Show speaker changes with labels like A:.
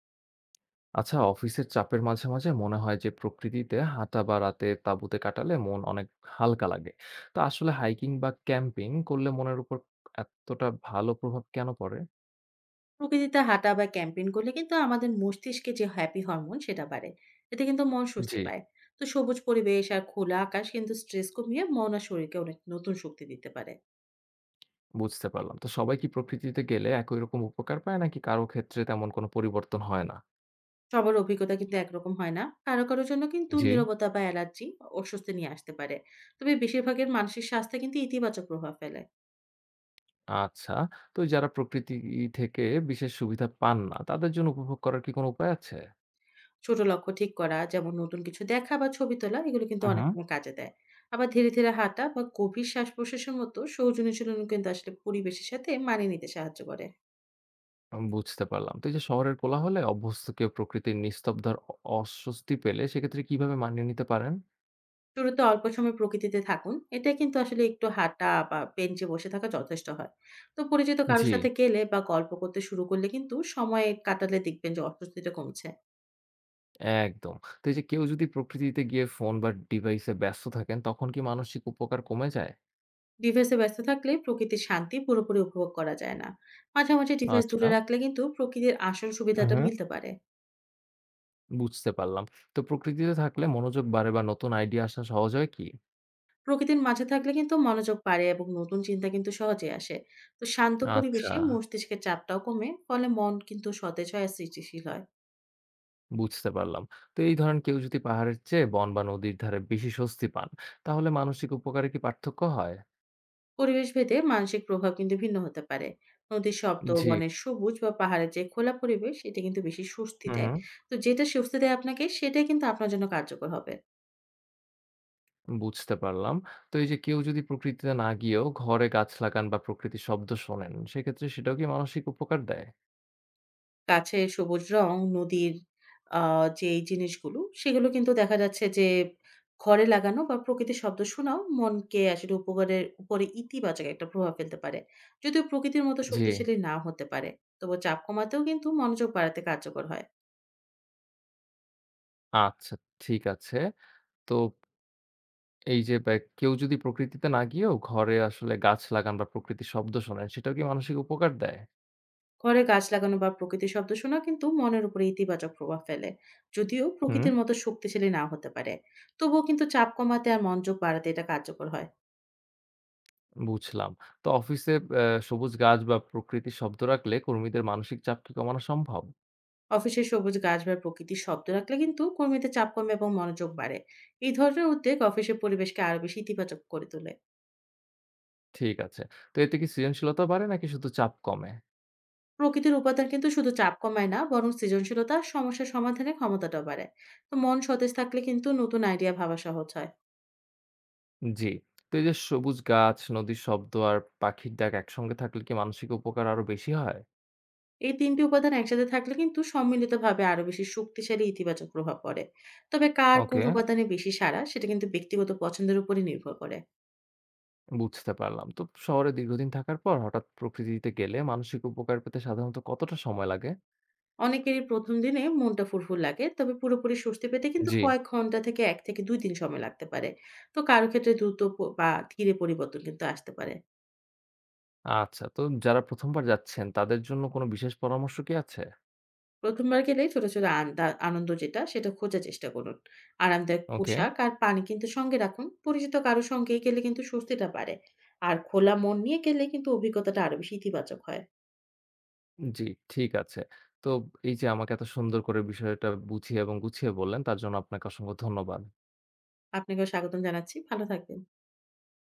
A: আচ্ছা অফিসের চাপের মাঝে, মাঝে মনে হয় যে প্রকৃতিতে হাঁটা বা রাতে তাঁবুতে কাটালে মন অনেক হালকা লাগে। তো আসলে হাইকিং বা ক্যাম্পিং করলে মনের উপর এতটা ভালো প্রভাব কেন পড়ে?
B: প্রকৃতিতে হাঁটা বা ক্যাম্পেইন করলে কিন্তু আমাদের মস্তিষ্কে যে হ্যাপি হরমোন সেটা বাড়ে। এতে কিন্তু মন স্বস্তি
A: জি,
B: পায়। তো সবুজ পরিবেশ আর খোলা আকাশ কিন্তু স্ট্রেস কমিয়ে মন আর শরীরকে অনেক নতুন শক্তি দিতে পারে।
A: বুঝতে পারলাম। তো সবাই কি প্রকৃতিতে গেলে একই রকম উপকার পায় নাকি কারো ক্ষেত্রে তেমন কোনো পরিবর্তন হয় না?
B: সবার অভিজ্ঞতা কিন্তু একরকম হয় না, কারো কারোর জন্য কিন্তু
A: জি,
B: নীরবতা বা অ্যালার্জি অস্বস্তি নিয়ে আসতে পারে। তবে বেশিরভাগের মানসিক স্বাস্থ্যে কিন্তু ইতিবাচক প্রভাব ফেলে।
A: আচ্ছা। তো এই যারা প্রকৃতি থেকে বিশেষ সুবিধা পান না তাদের জন্য উপভোগ করার কি কোনো উপায় আছে?
B: ছোট লক্ষ্য ঠিক করা, যেমন নতুন কিছু দেখা বা ছবি তোলা, এগুলো কিন্তু অনেক
A: হুম,
B: সময় কাজে দেয়। আবার ধীরে ধীরে হাঁটা বা গভীর শ্বাস প্রশ্বাসের মতো সৌজন্য কিন্তু আসলে পরিবেশের সাথে মানিয়ে নিতে সাহায্য করে।
A: আমি বুঝতে পারলাম। তো এই যে শহরের কোলাহলে অভ্যস্ত কেউ প্রকৃতির নিস্তব্ধ আর অস্বস্তি পেলে সেক্ষেত্রে কিভাবে মানিয়ে নিতে পারেন?
B: শুরুতে অল্প সময় প্রকৃতিতে থাকুন। এটা কিন্তু আসলে একটু হাঁটা বা বেঞ্চে বসে থাকা যথেষ্ট হয়। তো পরিচিত কারো
A: জি,
B: সাথে গেলে বা গল্প করতে শুরু করলে কিন্তু সময় কাটালে দেখবেন যে অস্বস্তিটা কমছে।
A: একদম। তো এই যে কেউ যদি প্রকৃতিতে গিয়ে ফোন বা ডিভাইসে ব্যস্ত থাকেন তখন কি মানসিক উপকার কমে যায়?
B: ডিভাইসে ব্যস্ত থাকলে প্রকৃতির শান্তি পুরোপুরি উপভোগ করা যায় না। মাঝে, মাঝে ডিভাইস দূরে
A: আচ্ছা,
B: রাখলে কিন্তু প্রকৃতির আসল
A: হুম,
B: সুবিধাটা
A: হুম।
B: মিলতে পারে।
A: বুঝতে পারলাম। তো প্রকৃতিতে থাকলে মনোযোগ বাড়ে বা নতুন আইডিয়া আসা সহজ হয় কি?
B: প্রকৃতির মাঝে থাকলে কিন্তু মনোযোগ বাড়ে এবং নতুন চিন্তা কিন্তু সহজেই আসে। তো শান্ত
A: আচ্ছা,
B: পরিবেশে মস্তিষ্কের চাপটাও কমে, ফলে মন কিন্তু সতেজ হয় আর সৃষ্টিশীল হয়।
A: বুঝতে পারলাম। তো এই ধরেন কেউ যদি পাহাড়ের চেয়ে বন বা নদীর ধারে বেশি স্বস্তি পান, তাহলে মানসিক উপকারে কি পার্থক্য হয়?
B: পরিবেশ ভেদে মানসিক প্রভাব কিন্তু ভিন্ন হতে পারে। নদীর শব্দ,
A: জি।
B: বনের সবুজ বা পাহাড়ের যে খোলা পরিবেশ, এটা কিন্তু বেশি স্বস্তি
A: হুম,
B: দেয়।
A: হুম।
B: তো যেটা স্বস্তি দেয় আপনাকে, সেটাই কিন্তু আপনার জন্য কার্যকর হবে।
A: বুঝতে পারলাম। তো এই যে কেউ যদি প্রকৃতিতে না গিয়েও ঘরে গাছ লাগান বা প্রকৃতির শব্দ শোনেন, সেক্ষেত্রে সেটাও কি মানসিক উপকার দেয়?
B: গাছে সবুজ রং, নদীর যে এই জিনিসগুলো, সেগুলো কিন্তু দেখা যাচ্ছে যে ঘরে লাগানো বা প্রকৃতির শব্দ শোনাও মনকে আসলে উপকারের উপরে ইতিবাচক একটা প্রভাব ফেলতে পারে। যদিও প্রকৃতির মতো
A: জি।
B: শক্তিশালী না হতে পারে, তবু চাপ কমাতেও কিন্তু মনোযোগ বাড়াতে কার্যকর হয়।
A: আচ্ছা, ঠিক আছে। তো এই যে কেউ যদি প্রকৃতিতে না গিয়েও ঘরে আসলে গাছ লাগান বা প্রকৃতির শব্দ শোনেন, সেটাও কি মানসিক উপকার দেয়?
B: ঘরে গাছ লাগানো বা প্রকৃতির শব্দ শোনা কিন্তু মনের উপরে ইতিবাচক প্রভাব ফেলে। যদিও
A: হুম,
B: প্রকৃতির মতো শক্তিশালী না হতে পারে, তবুও কিন্তু চাপ কমাতে আর মনোযোগ বাড়াতে এটা কার্যকর হয়।
A: বুঝলাম। তো অফিসে সবুজ গাছ বা প্রকৃতির শব্দ রাখলে কর্মীদের মানসিক চাপ কি কমানো সম্ভব?
B: অফিসে সবুজ গাছ বা প্রকৃতির শব্দ রাখলে কিন্তু কর্মীদের চাপ কমে এবং মনোযোগ বাড়ে। এই ধরনের উদ্যোগ অফিসের পরিবেশকে আরো বেশি ইতিবাচক করে তোলে।
A: ঠিক আছে। তো এতে কি সৃজনশীলতা বাড়ে নাকি শুধু চাপ কমে?
B: প্রকৃতির উপাদান কিন্তু শুধু চাপ কমায় না, বরং সৃজনশীলতা আর সমস্যা সমাধানের ক্ষমতাটা বাড়ায়। তো মন সতেজ থাকলে কিন্তু নতুন আইডিয়া ভাবা সহজ হয়।
A: জি। তো এই যে সবুজ গাছ, নদীর শব্দ আর পাখির ডাক একসঙ্গে থাকলে কি মানসিক উপকার আরো বেশি হয়?
B: এই ৩ টি উপাদান একসাথে থাকলে কিন্তু সম্মিলিতভাবে আরো বেশি শক্তিশালী ইতিবাচক প্রভাব পড়ে। তবে কার কোন
A: ওকে,
B: উপাদানে বেশি সাড়া, সেটা কিন্তু ব্যক্তিগত পছন্দের উপরে নির্ভর করে।
A: বুঝতে পারলাম। তো শহরে দীর্ঘদিন থাকার পর হঠাৎ প্রকৃতিতে গেলে মানসিক উপকার পেতে সাধারণত কতটা সময় লাগে?
B: অনেকেরই ১ম দিনে মনটা ফুরফুর লাগে। তবে পুরোপুরি স্বস্তি পেতে কিন্তু
A: জি,
B: কয়েক ঘন্টা থেকে ১ থেকে ২ দিন সময় লাগতে পারে। তো কারো ক্ষেত্রে দ্রুত বা ধীরে পরিবর্তন কিন্তু আসতে পারে।
A: আচ্ছা, তো যারা প্রথমবার যাচ্ছেন তাদের জন্য কোনো বিশেষ পরামর্শ কি আছে?
B: প্রথমবার গেলেই ছোট, ছোট আনন্দ যেটা সেটা খোঁজার চেষ্টা করুন। আরামদায়ক
A: ওকে,
B: পোশাক আর পানি কিন্তু সঙ্গে রাখুন। পরিচিত কারো সঙ্গে গেলে কিন্তু স্বস্তিটা বাড়ে। আর খোলা মন নিয়ে গেলে কিন্তু অভিজ্ঞতাটা আরো বেশি ইতিবাচক হয়।
A: জি, ঠিক আছে। তো এই যে আমাকে এত সুন্দর করে বিষয়টা বুঝিয়ে এবং গুছিয়ে বললেন তার জন্য আপনাকে অসংখ্য ধন্যবাদ।
B: আপনাকেও স্বাগতম জানাচ্ছি। ভালো থাকবেন।